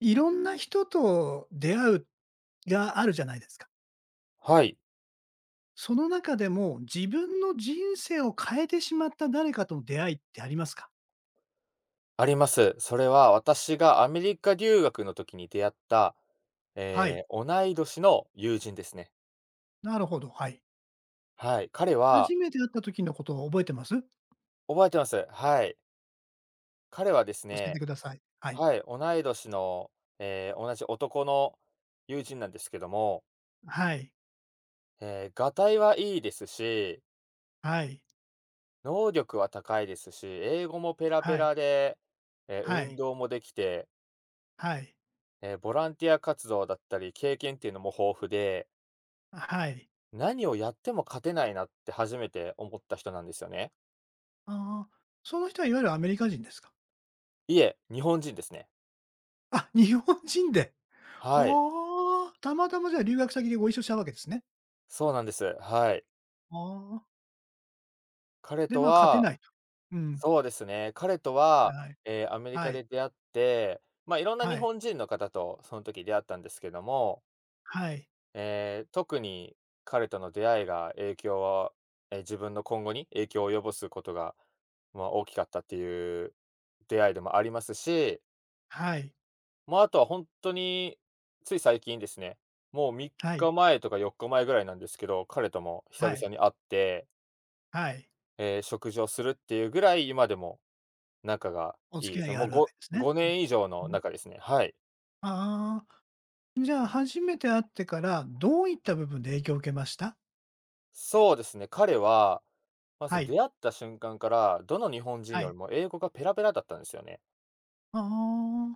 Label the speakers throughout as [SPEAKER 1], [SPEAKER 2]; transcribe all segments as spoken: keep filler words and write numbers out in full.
[SPEAKER 1] いろんな人と出会うがあるじゃないですか。
[SPEAKER 2] はい、
[SPEAKER 1] その中でも、自分の人生を変えてしまった誰かとの出会いってありますか？
[SPEAKER 2] あります。それは私がアメリカ留学の時に出会った、
[SPEAKER 1] は
[SPEAKER 2] え
[SPEAKER 1] い、
[SPEAKER 2] ー同い年の友人ですね。
[SPEAKER 1] なるほど、はい。
[SPEAKER 2] はい、彼は
[SPEAKER 1] 初めて会った時のことを覚えてます？
[SPEAKER 2] 覚えてます。はい。彼はです
[SPEAKER 1] 教えて
[SPEAKER 2] ね、
[SPEAKER 1] ください。はい。
[SPEAKER 2] はい、同い年の、えー同じ男の友人なんですけども、
[SPEAKER 1] はい。
[SPEAKER 2] えーがたいはいいですし、
[SPEAKER 1] はい。
[SPEAKER 2] 能力は高いですし、英語もペラペ
[SPEAKER 1] はい。
[SPEAKER 2] ラで、えー運動もできて、
[SPEAKER 1] はい。はい。
[SPEAKER 2] ええ、ボランティア活動だったり経験っていうのも豊富で、
[SPEAKER 1] あ、はい。
[SPEAKER 2] 何をやっても勝てないなって初めて思った人なんですよね。
[SPEAKER 1] ああ、その人はいわゆるアメリカ人ですか？
[SPEAKER 2] いえ、日本人ですね。
[SPEAKER 1] あ、日本人で。
[SPEAKER 2] はい。
[SPEAKER 1] はあ、たまたまじゃあ留学先でご一緒したわけですね。
[SPEAKER 2] そうなんです。はい。
[SPEAKER 1] ああ、
[SPEAKER 2] 彼
[SPEAKER 1] で、
[SPEAKER 2] と
[SPEAKER 1] ま、勝て
[SPEAKER 2] は
[SPEAKER 1] ないと。うん、
[SPEAKER 2] そうですね、彼とは、
[SPEAKER 1] はい、
[SPEAKER 2] えーアメリ
[SPEAKER 1] は
[SPEAKER 2] カ
[SPEAKER 1] い。
[SPEAKER 2] で出会って、まあ、いろんな日
[SPEAKER 1] はい。
[SPEAKER 2] 本人の方とその時出会ったんですけども、
[SPEAKER 1] はい。
[SPEAKER 2] えー特に彼との出会いが影響はえ、自分の今後に影響を及ぼすことが、まあ、大きかったっていう出会いでもありますし、
[SPEAKER 1] はい。
[SPEAKER 2] まあ、あとは本当に、つい最近ですね、もう3
[SPEAKER 1] はい。
[SPEAKER 2] 日前とかよっかまえぐらいなんですけど、彼とも久
[SPEAKER 1] は
[SPEAKER 2] 々
[SPEAKER 1] い。
[SPEAKER 2] に会って、
[SPEAKER 1] はい。
[SPEAKER 2] えー食事をするっていうぐらい、今でも仲が
[SPEAKER 1] お
[SPEAKER 2] いい
[SPEAKER 1] 付
[SPEAKER 2] で
[SPEAKER 1] き
[SPEAKER 2] す
[SPEAKER 1] 合い
[SPEAKER 2] ね。
[SPEAKER 1] が
[SPEAKER 2] も
[SPEAKER 1] あ
[SPEAKER 2] う
[SPEAKER 1] るわけ
[SPEAKER 2] ご
[SPEAKER 1] ですね。
[SPEAKER 2] ごねん以上
[SPEAKER 1] う
[SPEAKER 2] の
[SPEAKER 1] ん。うん。
[SPEAKER 2] 仲ですね。はい。
[SPEAKER 1] ああ、じゃあ初めて会ってから、どういった部分で影響を受けました？
[SPEAKER 2] そうですね、彼は、ま
[SPEAKER 1] は
[SPEAKER 2] ず
[SPEAKER 1] い。
[SPEAKER 2] 出会った瞬間から、どの日本人
[SPEAKER 1] は
[SPEAKER 2] より
[SPEAKER 1] い。
[SPEAKER 2] も英語がペラペラだったんですよね。
[SPEAKER 1] ああ。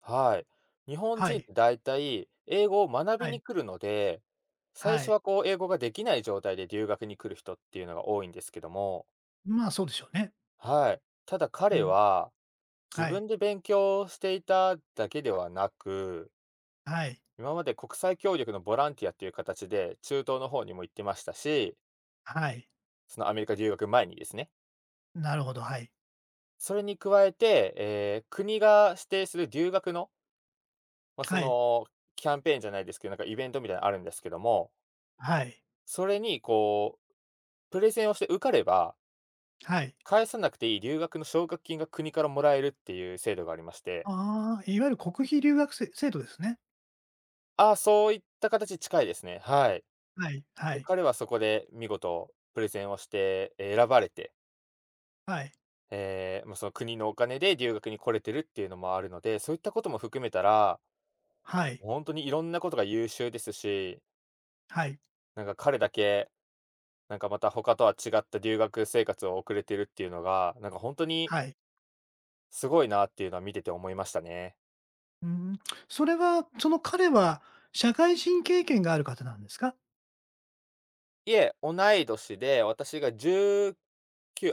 [SPEAKER 2] はい。日本
[SPEAKER 1] は
[SPEAKER 2] 人って
[SPEAKER 1] い。
[SPEAKER 2] 大体、英語を学び
[SPEAKER 1] は
[SPEAKER 2] に
[SPEAKER 1] い。
[SPEAKER 2] 来るので、最
[SPEAKER 1] は
[SPEAKER 2] 初は
[SPEAKER 1] い。
[SPEAKER 2] こう英語ができない状態で留学に来る人っていうのが多いんですけども、
[SPEAKER 1] まあ、そうでしょうね。
[SPEAKER 2] はい。ただ
[SPEAKER 1] う
[SPEAKER 2] 彼
[SPEAKER 1] ん。
[SPEAKER 2] は、自
[SPEAKER 1] はい。
[SPEAKER 2] 分で勉強していただけではなく、
[SPEAKER 1] はい。
[SPEAKER 2] 今まで国際協力のボランティアっていう形で、中東の方にも行ってましたし、
[SPEAKER 1] はい。
[SPEAKER 2] そのアメリカ留学前にですね。
[SPEAKER 1] なるほど、はい。
[SPEAKER 2] それに加えて、ええ、国が指定する留学の、まあ、そ
[SPEAKER 1] はい。
[SPEAKER 2] の、キャンペーンじゃないですけど、なんかイベントみたいなのあるんですけども、
[SPEAKER 1] はい。
[SPEAKER 2] それにこう、プレゼンをして受かれば、
[SPEAKER 1] はい。
[SPEAKER 2] 返さなくていい留学の奨学金が国からもらえるっていう制度がありまして、
[SPEAKER 1] ああ、いわゆる国費留学生制度ですね。
[SPEAKER 2] ああ、そういった形近いですね。はい。
[SPEAKER 1] はい。は
[SPEAKER 2] で、
[SPEAKER 1] い。
[SPEAKER 2] 彼はそこで見事プレゼンをして、え、選ばれて、
[SPEAKER 1] はい。
[SPEAKER 2] ええ、まあ、その国のお金で留学に来れてるっていうのもあるので、そういったことも含めたら、
[SPEAKER 1] はい。
[SPEAKER 2] 本当にいろんなことが優秀ですし、
[SPEAKER 1] はい。
[SPEAKER 2] なんか彼だけ、なんかまた他とは違った留学生活を送れてるっていうのが、なんか本当に
[SPEAKER 1] はい。
[SPEAKER 2] すごいなっていうのは見てて思いましたね。
[SPEAKER 1] うん、それは、その彼は社会人経験がある方なんですか？
[SPEAKER 2] いえ、同い年で、私が19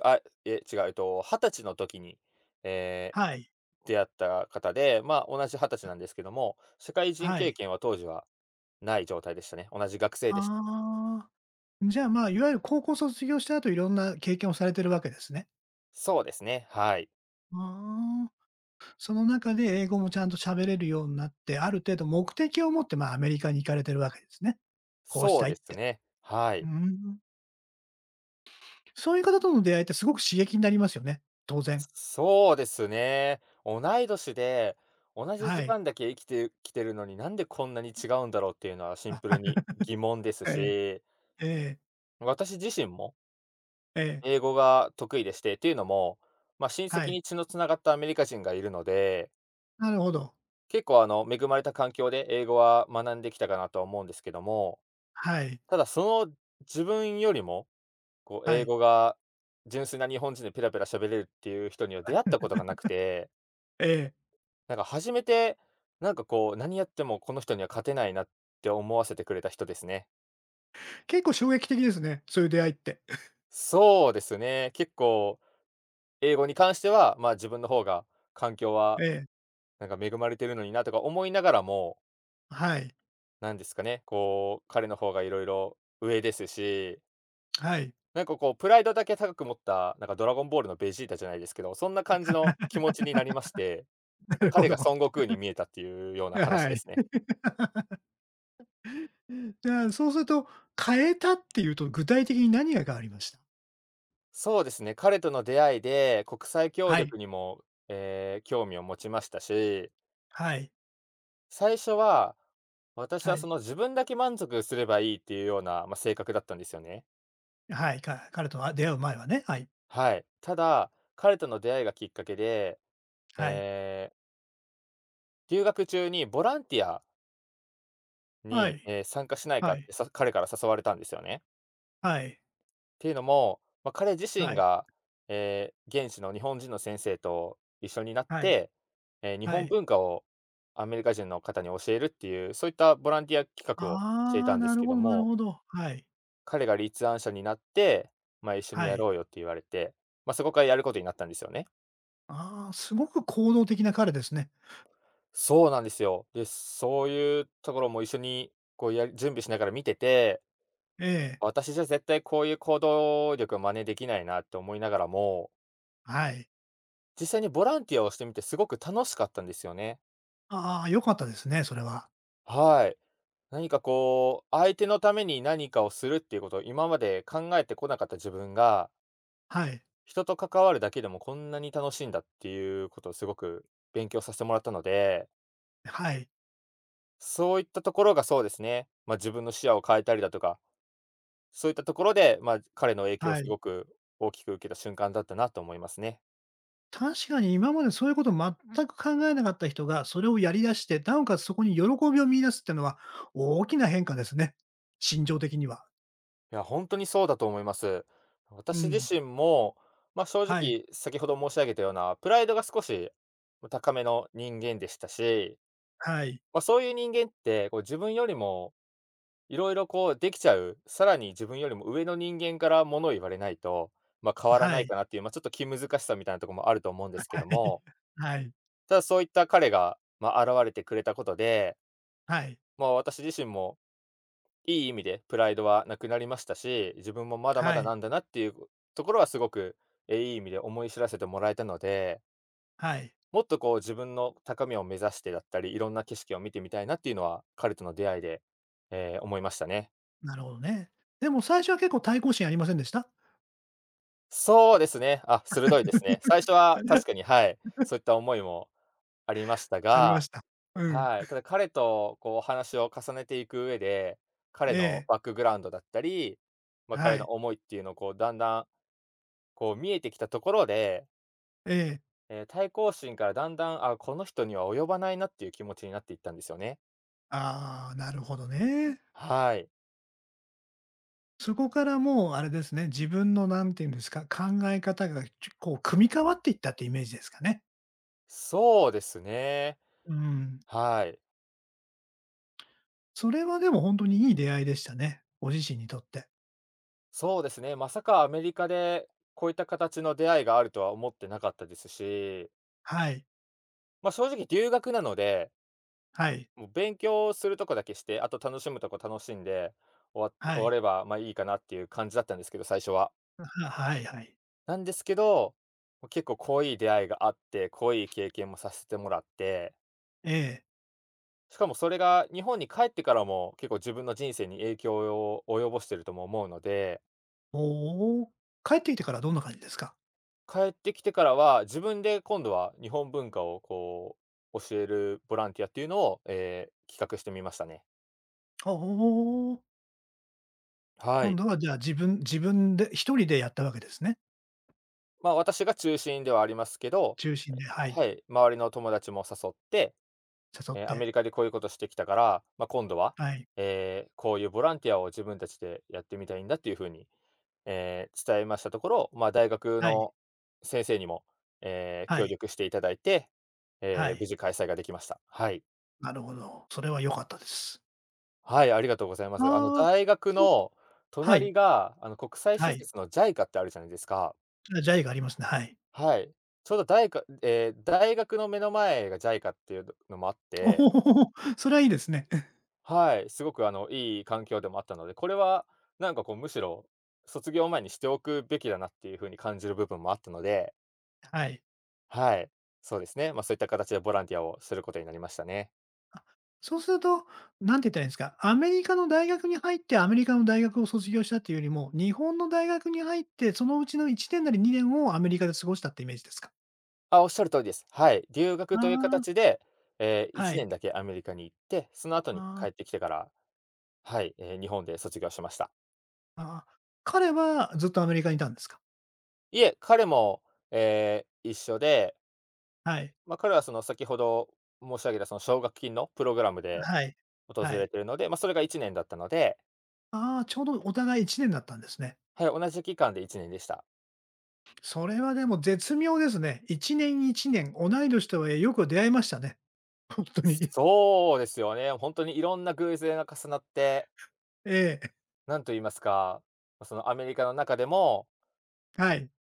[SPEAKER 2] あ、え、違う、えっと、はたちの時に、えー
[SPEAKER 1] はい、
[SPEAKER 2] 出会った方で、まあ、同じはたちなんですけども、社会人
[SPEAKER 1] は
[SPEAKER 2] 経
[SPEAKER 1] い。
[SPEAKER 2] 験は当時はない状態でしたね。同じ学生でした。
[SPEAKER 1] ああ、じゃあ、まあ、いわゆる高校卒業した後、いろんな経験をされてるわけですね。
[SPEAKER 2] そうですね、はい。
[SPEAKER 1] ああ、その中で英語もちゃんと喋れるようになって、ある程度目的を持って、まあ、アメリカに行かれてるわけですね。こうし
[SPEAKER 2] そう
[SPEAKER 1] たい
[SPEAKER 2] で
[SPEAKER 1] っ
[SPEAKER 2] す
[SPEAKER 1] て。
[SPEAKER 2] ね、は
[SPEAKER 1] う
[SPEAKER 2] い。
[SPEAKER 1] ん、そういう方との出会いってすごく刺激になりますよね、当然。
[SPEAKER 2] そうですね。同い年で、同じ
[SPEAKER 1] は
[SPEAKER 2] 時
[SPEAKER 1] い。
[SPEAKER 2] 間だけ生きてきてるのに、なんでこんなに違うんだろうっていうのはシンプルに疑問です
[SPEAKER 1] ええ、
[SPEAKER 2] し、
[SPEAKER 1] ええ、
[SPEAKER 2] 私自身も
[SPEAKER 1] ええ、
[SPEAKER 2] 英語が得意でして、っていうのも、まあ、親
[SPEAKER 1] は
[SPEAKER 2] 戚
[SPEAKER 1] い。
[SPEAKER 2] に血のつながったアメリカ人がいるので、
[SPEAKER 1] なるほど。
[SPEAKER 2] 結構あの、恵まれた環境で英語は学んできたかなとは思うんですけども、
[SPEAKER 1] はい、
[SPEAKER 2] ただその自分よりも、こう
[SPEAKER 1] は
[SPEAKER 2] 英
[SPEAKER 1] い、
[SPEAKER 2] 語が純粋な日本人でペラペラ喋れるっていう人には出会ったことがなくて、
[SPEAKER 1] ええ。
[SPEAKER 2] なんか初めて、なんかこう、何やってもこの人には勝てないなって思わせてくれた人ですね。
[SPEAKER 1] 結構衝撃的ですね、そういう出会いって。
[SPEAKER 2] そうですね、結構英語に関しては、まあ、自分の方が環境
[SPEAKER 1] え
[SPEAKER 2] は
[SPEAKER 1] え、
[SPEAKER 2] なんか恵まれてるのになとか思いながらも、
[SPEAKER 1] はい、
[SPEAKER 2] なんですかね、こう、彼の方がいろいろ上ですし、
[SPEAKER 1] はい、
[SPEAKER 2] なんかこう、プライドだけ高く持った、なんかドラゴンボールのベジータじゃないですけど、そんな感じの気持ちになりまして、
[SPEAKER 1] なるほ
[SPEAKER 2] 彼が
[SPEAKER 1] ど。
[SPEAKER 2] 孫悟空に見えたっていうような話
[SPEAKER 1] は
[SPEAKER 2] で
[SPEAKER 1] い。
[SPEAKER 2] すね。
[SPEAKER 1] じゃあ、そうすると、変えたっていうと、具体的に何が変わりました？
[SPEAKER 2] そうですね、彼との出会いで国際協
[SPEAKER 1] はい、
[SPEAKER 2] 力にも、えー興味を持ちましたし、
[SPEAKER 1] はい、
[SPEAKER 2] 最初は私
[SPEAKER 1] は
[SPEAKER 2] はそ
[SPEAKER 1] い、
[SPEAKER 2] の自分だけ満足すればいいっていうような、まあ、性格だったんですよね。
[SPEAKER 1] はい、か彼とは出会う前はね、はい、
[SPEAKER 2] はい。ただ、彼との出会いがきっかけで、
[SPEAKER 1] はい、
[SPEAKER 2] ええ、留学中にボランティア
[SPEAKER 1] は
[SPEAKER 2] に、
[SPEAKER 1] い、
[SPEAKER 2] えー参加しないか
[SPEAKER 1] は
[SPEAKER 2] って
[SPEAKER 1] い、
[SPEAKER 2] さ彼から誘われたんですよね。
[SPEAKER 1] はい、
[SPEAKER 2] っていうのも、まあ、彼自身
[SPEAKER 1] はい、
[SPEAKER 2] が、ええ、現地の日本人の先生と一緒になっ
[SPEAKER 1] はい、
[SPEAKER 2] て、ええ、日
[SPEAKER 1] は
[SPEAKER 2] 本
[SPEAKER 1] い。
[SPEAKER 2] 文化をアメリカ人の方に教えるっていう、そういったボランティア企画をしてい
[SPEAKER 1] あ
[SPEAKER 2] た
[SPEAKER 1] あ、
[SPEAKER 2] んで
[SPEAKER 1] な
[SPEAKER 2] す
[SPEAKER 1] る
[SPEAKER 2] け
[SPEAKER 1] ほ
[SPEAKER 2] ど
[SPEAKER 1] どなる
[SPEAKER 2] も、
[SPEAKER 1] ほど。はい、
[SPEAKER 2] 彼が立案者になって、まあ、一緒に
[SPEAKER 1] は
[SPEAKER 2] や
[SPEAKER 1] い。
[SPEAKER 2] ろうよって言われて、まあ、そこからやることになったんですよね。
[SPEAKER 1] ああ、すごく行動的な彼ですね。
[SPEAKER 2] そうなんですよ。で、そういうところも一緒にこうやり準備しながら見てて、
[SPEAKER 1] ええ、
[SPEAKER 2] 私じゃ絶対こういう行動力を真似できないなって思いながらも、
[SPEAKER 1] はい。
[SPEAKER 2] 実際にボランティアをしてみてすごく楽しかったんですよね。
[SPEAKER 1] ああ、良かったですね、それは。
[SPEAKER 2] はい。何かこう、相手のために何かをするっていうことを今まで考えてこなかった自分が、
[SPEAKER 1] はい、
[SPEAKER 2] 人と関わるだけでもこんなに楽しいんだっていうことをすごく勉強させてもらったので、
[SPEAKER 1] はい、
[SPEAKER 2] そういったところがそうですね、まあ、自分の視野を変えたりだとか、そういったところで、まあ、彼の影響を
[SPEAKER 1] は
[SPEAKER 2] す
[SPEAKER 1] い。
[SPEAKER 2] ごく大きく受けた瞬間だったなと思いますね。
[SPEAKER 1] 確かに今までそういうことを全く考えなかった人が、それをやり出して、なおかつそこに喜びを見出すっていうのは、大きな変化ですね。心情的には。
[SPEAKER 2] いや、本当にそうだと思います。
[SPEAKER 1] う
[SPEAKER 2] 私自
[SPEAKER 1] ん。
[SPEAKER 2] 身も、まあ、正
[SPEAKER 1] はい。
[SPEAKER 2] 直、先ほど申し上げたような、プライドが少し、ま高めの人間でしたし、
[SPEAKER 1] はい。
[SPEAKER 2] まあ、そういう人間って、こう自分よりもいろいろこうできちゃう、さらに自分よりも上の人間から物を言われないと、まあ、変わらな
[SPEAKER 1] は
[SPEAKER 2] いか
[SPEAKER 1] い。
[SPEAKER 2] なっていう、まあ、ちょっと気難しさみたいなところもあると思うんですけ
[SPEAKER 1] は
[SPEAKER 2] ど
[SPEAKER 1] い。
[SPEAKER 2] も、
[SPEAKER 1] はい。
[SPEAKER 2] ただそういった彼が、まあ、現れてくれたことで、
[SPEAKER 1] はい。
[SPEAKER 2] まあ、私自身もいい意味でプライドはなくなりましたし、自分もまだま
[SPEAKER 1] は
[SPEAKER 2] だ
[SPEAKER 1] い。
[SPEAKER 2] なんだなっていうところはすごく、え、いい意味で思い知らせてもらえたので、
[SPEAKER 1] はい。
[SPEAKER 2] もっとこう自分の高みを目指してだったり、いろんな景色を見てみたいなっていうのは、彼との出会いで、え、思いましたね。
[SPEAKER 1] なるほどね。でも最初は結構対抗心ありませんでした？
[SPEAKER 2] そうですね。あ、鋭いですね。最初は確かに、はい、そういった思いもありました
[SPEAKER 1] ありま
[SPEAKER 2] が、
[SPEAKER 1] した。うん。
[SPEAKER 2] はい、ただ彼とこうお話を重ねていく上で、彼
[SPEAKER 1] え
[SPEAKER 2] の
[SPEAKER 1] え、
[SPEAKER 2] バックグラウンドだったり、まあ、
[SPEAKER 1] は
[SPEAKER 2] 彼の
[SPEAKER 1] い。
[SPEAKER 2] 思いっていうのをこうだんだんこう見えてきたところで、
[SPEAKER 1] ええ。
[SPEAKER 2] えー、対抗心からだんだん、あ、この人には及ばないなっていう気持ちになっていったんですよね。
[SPEAKER 1] ああ、なるほどね。
[SPEAKER 2] はい。
[SPEAKER 1] そこからもうあれですね、自分の何て言うんですか、考え方が、ちょこう組み変わっていったってイメージですかね。
[SPEAKER 2] そうですね。
[SPEAKER 1] うん。
[SPEAKER 2] はい。
[SPEAKER 1] それはでも本当にいい出会いでしたね。ご自身にとって。
[SPEAKER 2] そうですね。まさかアメリカでこういった形の出会いがあるとは思ってなかったですし、
[SPEAKER 1] はい。
[SPEAKER 2] まあ正直留学なので、
[SPEAKER 1] はい。
[SPEAKER 2] もう勉強するとこだけして、あと楽しむとこ楽しんで終わって、
[SPEAKER 1] は
[SPEAKER 2] 終わ
[SPEAKER 1] い。
[SPEAKER 2] ればまあいいかなっていう感じだったんですけど、最初は。
[SPEAKER 1] ははいはい。
[SPEAKER 2] なんですけど、結構濃い出会いがあって、濃い経験もさせてもらって、
[SPEAKER 1] ええ。
[SPEAKER 2] しかもそれが日本に帰ってからも、結構自分の人生に影響を及ぼしてるとも思うので、
[SPEAKER 1] おお。帰ってきて
[SPEAKER 2] あ。
[SPEAKER 1] からどんな感じですか？
[SPEAKER 2] 帰ってきてからは、自分で今度は日本文化をこう、教えるボランティアっていうのを、えー企画してみましたね。
[SPEAKER 1] おお
[SPEAKER 2] は
[SPEAKER 1] 今
[SPEAKER 2] い。
[SPEAKER 1] 度はじゃあ自分自分で一人でやったわけですね。
[SPEAKER 2] まあ、私が中心ではありますけど、
[SPEAKER 1] 中心で、はい、
[SPEAKER 2] はい、周りの友達も誘って、
[SPEAKER 1] 誘っ
[SPEAKER 2] えーアメ
[SPEAKER 1] て。
[SPEAKER 2] リカでこういうことしてきたから、まあ、今度は、
[SPEAKER 1] はい。
[SPEAKER 2] えーこういうボランティアを自分たちでやってみたいんだっていう風にえー伝えましたところ、まあ、大学
[SPEAKER 1] はい。
[SPEAKER 2] の先生にも、えー
[SPEAKER 1] は
[SPEAKER 2] 協
[SPEAKER 1] い。
[SPEAKER 2] 力していただいて、
[SPEAKER 1] は
[SPEAKER 2] えー無
[SPEAKER 1] い。
[SPEAKER 2] 事開催ができました。はい。
[SPEAKER 1] なるほど。それは良かったです。
[SPEAKER 2] はい、ありがとうございます。あの、
[SPEAKER 1] ああ、
[SPEAKER 2] 大学
[SPEAKER 1] そう
[SPEAKER 2] の
[SPEAKER 1] は
[SPEAKER 2] 隣
[SPEAKER 1] い。
[SPEAKER 2] が、あの、国際
[SPEAKER 1] は
[SPEAKER 2] 施
[SPEAKER 1] い。
[SPEAKER 2] 設の ジャイカ ってあるじゃないですか。
[SPEAKER 1] あ、ジャイがありますね、はい。
[SPEAKER 2] はい。ちょうど大学えー大学の目の前が ジャイカ っていうのもあっ
[SPEAKER 1] お
[SPEAKER 2] て、
[SPEAKER 1] お、それはいいですね。
[SPEAKER 2] はい、すごくあの、いい環境でもあったので、これはなんかこう、むしろ卒業前にしておくべきだなっていう風に感じる部分もあったので、
[SPEAKER 1] はい。
[SPEAKER 2] はい、そうですね。まあ、そういった形でボランティアをすることになりましたね。
[SPEAKER 1] あ、そうすると、なんて言ったらいいんですか、アメリカの大学に入って、アメリカの大学を卒業したっていうよりも、日本の大学に入って、そのうちのいちねんなりにねんをアメリカで過ごしたってイメージですか？
[SPEAKER 2] あ、おっしゃる通りです。はい、留
[SPEAKER 1] あ
[SPEAKER 2] 学という
[SPEAKER 1] あ、
[SPEAKER 2] 形で、ええ、1
[SPEAKER 1] はい。
[SPEAKER 2] 年だけアメリカに行って、その後に
[SPEAKER 1] あ
[SPEAKER 2] 帰ってきてから、はい、ええ、日本で卒業しました。
[SPEAKER 1] あ、ああ。彼はずっとアメリカにいたんですか？
[SPEAKER 2] いえ、彼も、ええ、一緒で、
[SPEAKER 1] はい。
[SPEAKER 2] まあ、彼はその先ほど申し上げたその奨学金のプログラムで
[SPEAKER 1] はい。
[SPEAKER 2] 訪
[SPEAKER 1] は
[SPEAKER 2] れ
[SPEAKER 1] い。
[SPEAKER 2] ているので、まあ、それがいちねんだったので、
[SPEAKER 1] ああ、ちょうどお互いいちねんだったんですね。
[SPEAKER 2] はい、同じ期間でいちねんでした。
[SPEAKER 1] それはでも絶妙ですね。いちねんいちねん、同い年とはいえよく出会いましたね。ほんとに。
[SPEAKER 2] そうですよね。本当にいろんな偶然が重なって、
[SPEAKER 1] ええ、
[SPEAKER 2] なんと言いますか、ま、そのアメリカの中でも、
[SPEAKER 1] はい、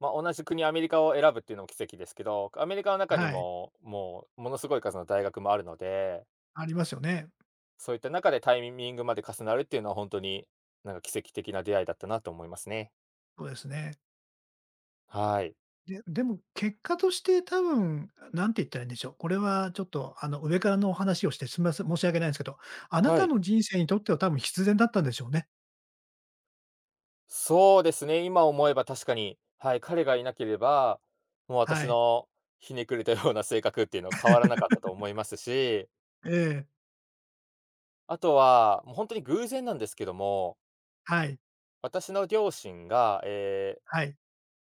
[SPEAKER 2] まあ、同じ国アメリカを選ぶっていうのも奇跡ですけど、アメリカの中に
[SPEAKER 1] はい、
[SPEAKER 2] も、もうものすごい数の大学もあるので、
[SPEAKER 1] ありますよね。
[SPEAKER 2] そういった中でタイミングまで重なるっていうのは本当に、なんか奇跡的な出会いだったなと思いますね。
[SPEAKER 1] そうですね。
[SPEAKER 2] はい。
[SPEAKER 1] ででも結果として多分、何て言ったらいいんでしょう。これはちょっとあの上からのお話をしてすみません、申し訳ないんですけど、あな
[SPEAKER 2] は
[SPEAKER 1] た
[SPEAKER 2] い。
[SPEAKER 1] の人生にとっては多分必然だったんでしょうね。
[SPEAKER 2] そうですね、今思えば確かに、はい、彼がいなければ、もう私
[SPEAKER 1] はい。
[SPEAKER 2] のひねくれたような性格っていうのは変わらなかったと思いますし、
[SPEAKER 1] ええ、
[SPEAKER 2] あとは、もう本当に偶然なんですけども、
[SPEAKER 1] はい、
[SPEAKER 2] 私の両親が、えー
[SPEAKER 1] はい、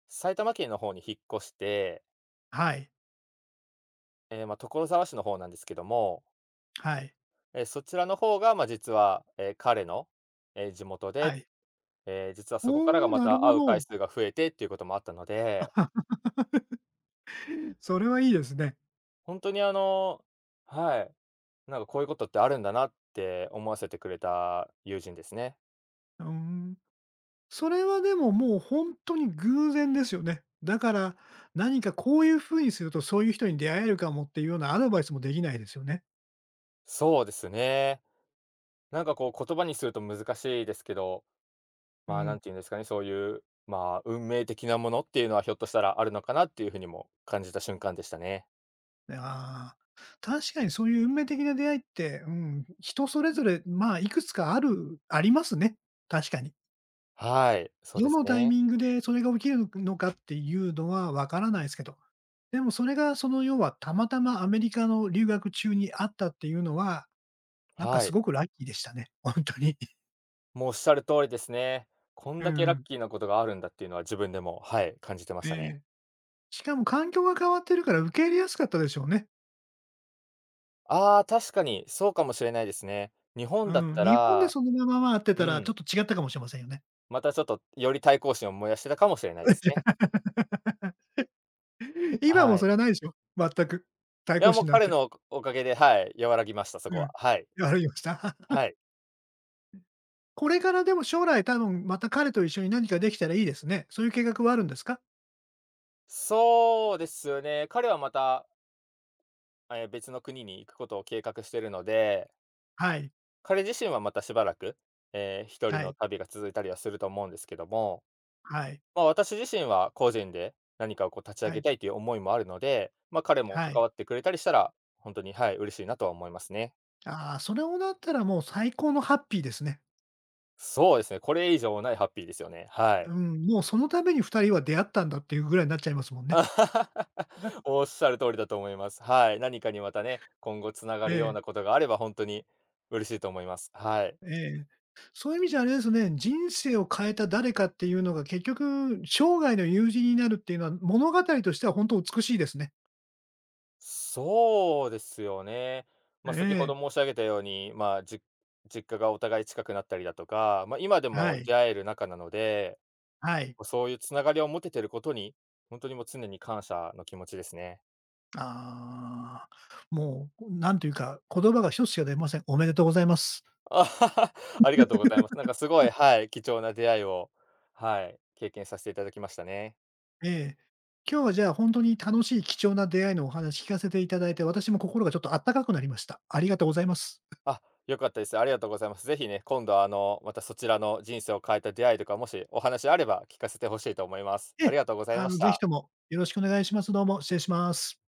[SPEAKER 2] 埼玉県の方に引っ越して、
[SPEAKER 1] はい、
[SPEAKER 2] ええ、まあ、所沢市の方なんですけども、
[SPEAKER 1] はい、
[SPEAKER 2] え、そちらの方が、まあ、実は、え、彼の、え、地元で、
[SPEAKER 1] はい。
[SPEAKER 2] えー実はそこからが
[SPEAKER 1] おー、
[SPEAKER 2] ま
[SPEAKER 1] なる
[SPEAKER 2] た
[SPEAKER 1] ほ
[SPEAKER 2] 会う回
[SPEAKER 1] ど。
[SPEAKER 2] 数が増えてっていうこともあったので、
[SPEAKER 1] それはいいですね。
[SPEAKER 2] 本当にあの、はい、なんかこういうことってあるんだなって思わせてくれた友人ですね。
[SPEAKER 1] うーん。それはでも、もう本当に偶然ですよね。だから、何かこういう風にすると、そういう人に出会えるかもっていうようなアドバイスもできないですよね。
[SPEAKER 2] そうですね。なんかこう言葉にすると難しいですけど、
[SPEAKER 1] う
[SPEAKER 2] まあ、なん
[SPEAKER 1] ん。
[SPEAKER 2] ていうんですかね、そういう、まあ、運命的なものっていうのはひょっとしたらあるのかなっていう風にも感じた瞬間でしたね。
[SPEAKER 1] ああ、確かにそういう運命的な出会いって、うん、人それぞれ、まあ、いくつかあるありますね、確かに。
[SPEAKER 2] はい、そうで
[SPEAKER 1] ど
[SPEAKER 2] す
[SPEAKER 1] のタイ
[SPEAKER 2] ね。
[SPEAKER 1] ミングでそれが起きるのかっていうのはわからないですけど、でもそれが、その、要はたまたまアメリカの留学中にあったっていうのは、なんか
[SPEAKER 2] は
[SPEAKER 1] す
[SPEAKER 2] い。
[SPEAKER 1] ごくラッキーでしたね、本当に。
[SPEAKER 2] もうおっしゃる通りですね。こん
[SPEAKER 1] う
[SPEAKER 2] だけラッ
[SPEAKER 1] ん、
[SPEAKER 2] キーなことがあるんだっていうのは自分でも、はい、感じてまし
[SPEAKER 1] え
[SPEAKER 2] たね。
[SPEAKER 1] え。しかも環境が変わってるから受け入れやすかったでしょうね。
[SPEAKER 2] ああ、確かにそうかもしれないですね。日本
[SPEAKER 1] う
[SPEAKER 2] だっ
[SPEAKER 1] ん、
[SPEAKER 2] た
[SPEAKER 1] 日本で
[SPEAKER 2] ら、
[SPEAKER 1] そのまままあ会って
[SPEAKER 2] う
[SPEAKER 1] たら、ち
[SPEAKER 2] ん、
[SPEAKER 1] ょっと違ったかもしれませんよね。
[SPEAKER 2] またちょっとより対抗心を燃やしてたかもしれないですね。
[SPEAKER 1] 今も
[SPEAKER 2] はい。
[SPEAKER 1] それはないでしょ、全く。対
[SPEAKER 2] いや、
[SPEAKER 1] 抗
[SPEAKER 2] もう
[SPEAKER 1] 心なん
[SPEAKER 2] 彼
[SPEAKER 1] て。
[SPEAKER 2] のおおかげで、はい、和らぎました、そこ
[SPEAKER 1] う
[SPEAKER 2] は。
[SPEAKER 1] ん。
[SPEAKER 2] はい。
[SPEAKER 1] ありました。
[SPEAKER 2] はい。
[SPEAKER 1] これからでも将来多分また彼と一緒に何かできたらいいですね。そういう計画はあるんですか？
[SPEAKER 2] そうですよね。彼はまた、ええ、別の国に行くことを計画しているので、
[SPEAKER 1] はい、
[SPEAKER 2] 彼自身はまたしばらく、えー一人
[SPEAKER 1] は
[SPEAKER 2] の
[SPEAKER 1] い、
[SPEAKER 2] 旅が続いたりはすると思うんですけども、
[SPEAKER 1] はい、
[SPEAKER 2] まあ、私自身は個人で何かをこう立ち上
[SPEAKER 1] は
[SPEAKER 2] げ
[SPEAKER 1] い、
[SPEAKER 2] たいという思いもあるので、まあ、彼も
[SPEAKER 1] は
[SPEAKER 2] 関
[SPEAKER 1] い。
[SPEAKER 2] わってくれたりしたら、本当に、はい、嬉しいなとは思いますね。
[SPEAKER 1] ああ、それをなったらもう最高のハッピーですね。
[SPEAKER 2] そうですね、これ以上ないハッピーですよね。はい。
[SPEAKER 1] うん、もうそのために二人は出会ったんだっていうぐらいになっちゃいますもん ね。
[SPEAKER 2] あははは おっしゃる通りだと思います。はい、何かにまたね、今後つなが
[SPEAKER 1] え
[SPEAKER 2] るよう
[SPEAKER 1] え。
[SPEAKER 2] なことがあれば本当に嬉しいと思います。はい。
[SPEAKER 1] ええ。そういう意味じゃあれですね、人生を変えた誰かっていうのが結局、生涯の友人になるっていうのは、物語としては本当美しいですね。
[SPEAKER 2] そうですよね。まあ、
[SPEAKER 1] え
[SPEAKER 2] 先ほど
[SPEAKER 1] え、
[SPEAKER 2] 申し上げたように、まあ、じ実家がお互い近くなったりだとか、まあ、今で
[SPEAKER 1] は
[SPEAKER 2] も
[SPEAKER 1] い、
[SPEAKER 2] 出会える仲なので、
[SPEAKER 1] はい。
[SPEAKER 2] まそういうつながりを持ててることに、本当にもう常に感謝の気持ちですね。
[SPEAKER 1] ああ、もうなんというか、言葉が一つしか出ません。おめでとうございます。
[SPEAKER 2] あははありがとうございます。なんかすごい、はい、貴重な出会いを、はい、経験させていただきましたね。
[SPEAKER 1] ええ。今日はじゃあ本当に楽しい貴重な出会いのお話聞かせていただいて、私も心がちょっとあったかくなりました。ありがとうございます。
[SPEAKER 2] あ、良かったです。ありがとうございます。ぜひね、今度はあの、またそちらの人生を変えた出会いとか、もしお話あれば聞かせてほしいと思います。
[SPEAKER 1] え
[SPEAKER 2] あ
[SPEAKER 1] え、
[SPEAKER 2] りがとうござい
[SPEAKER 1] あ
[SPEAKER 2] まし
[SPEAKER 1] の、ぜひ
[SPEAKER 2] た。
[SPEAKER 1] ともよろしくお願いします。どうも、失礼します。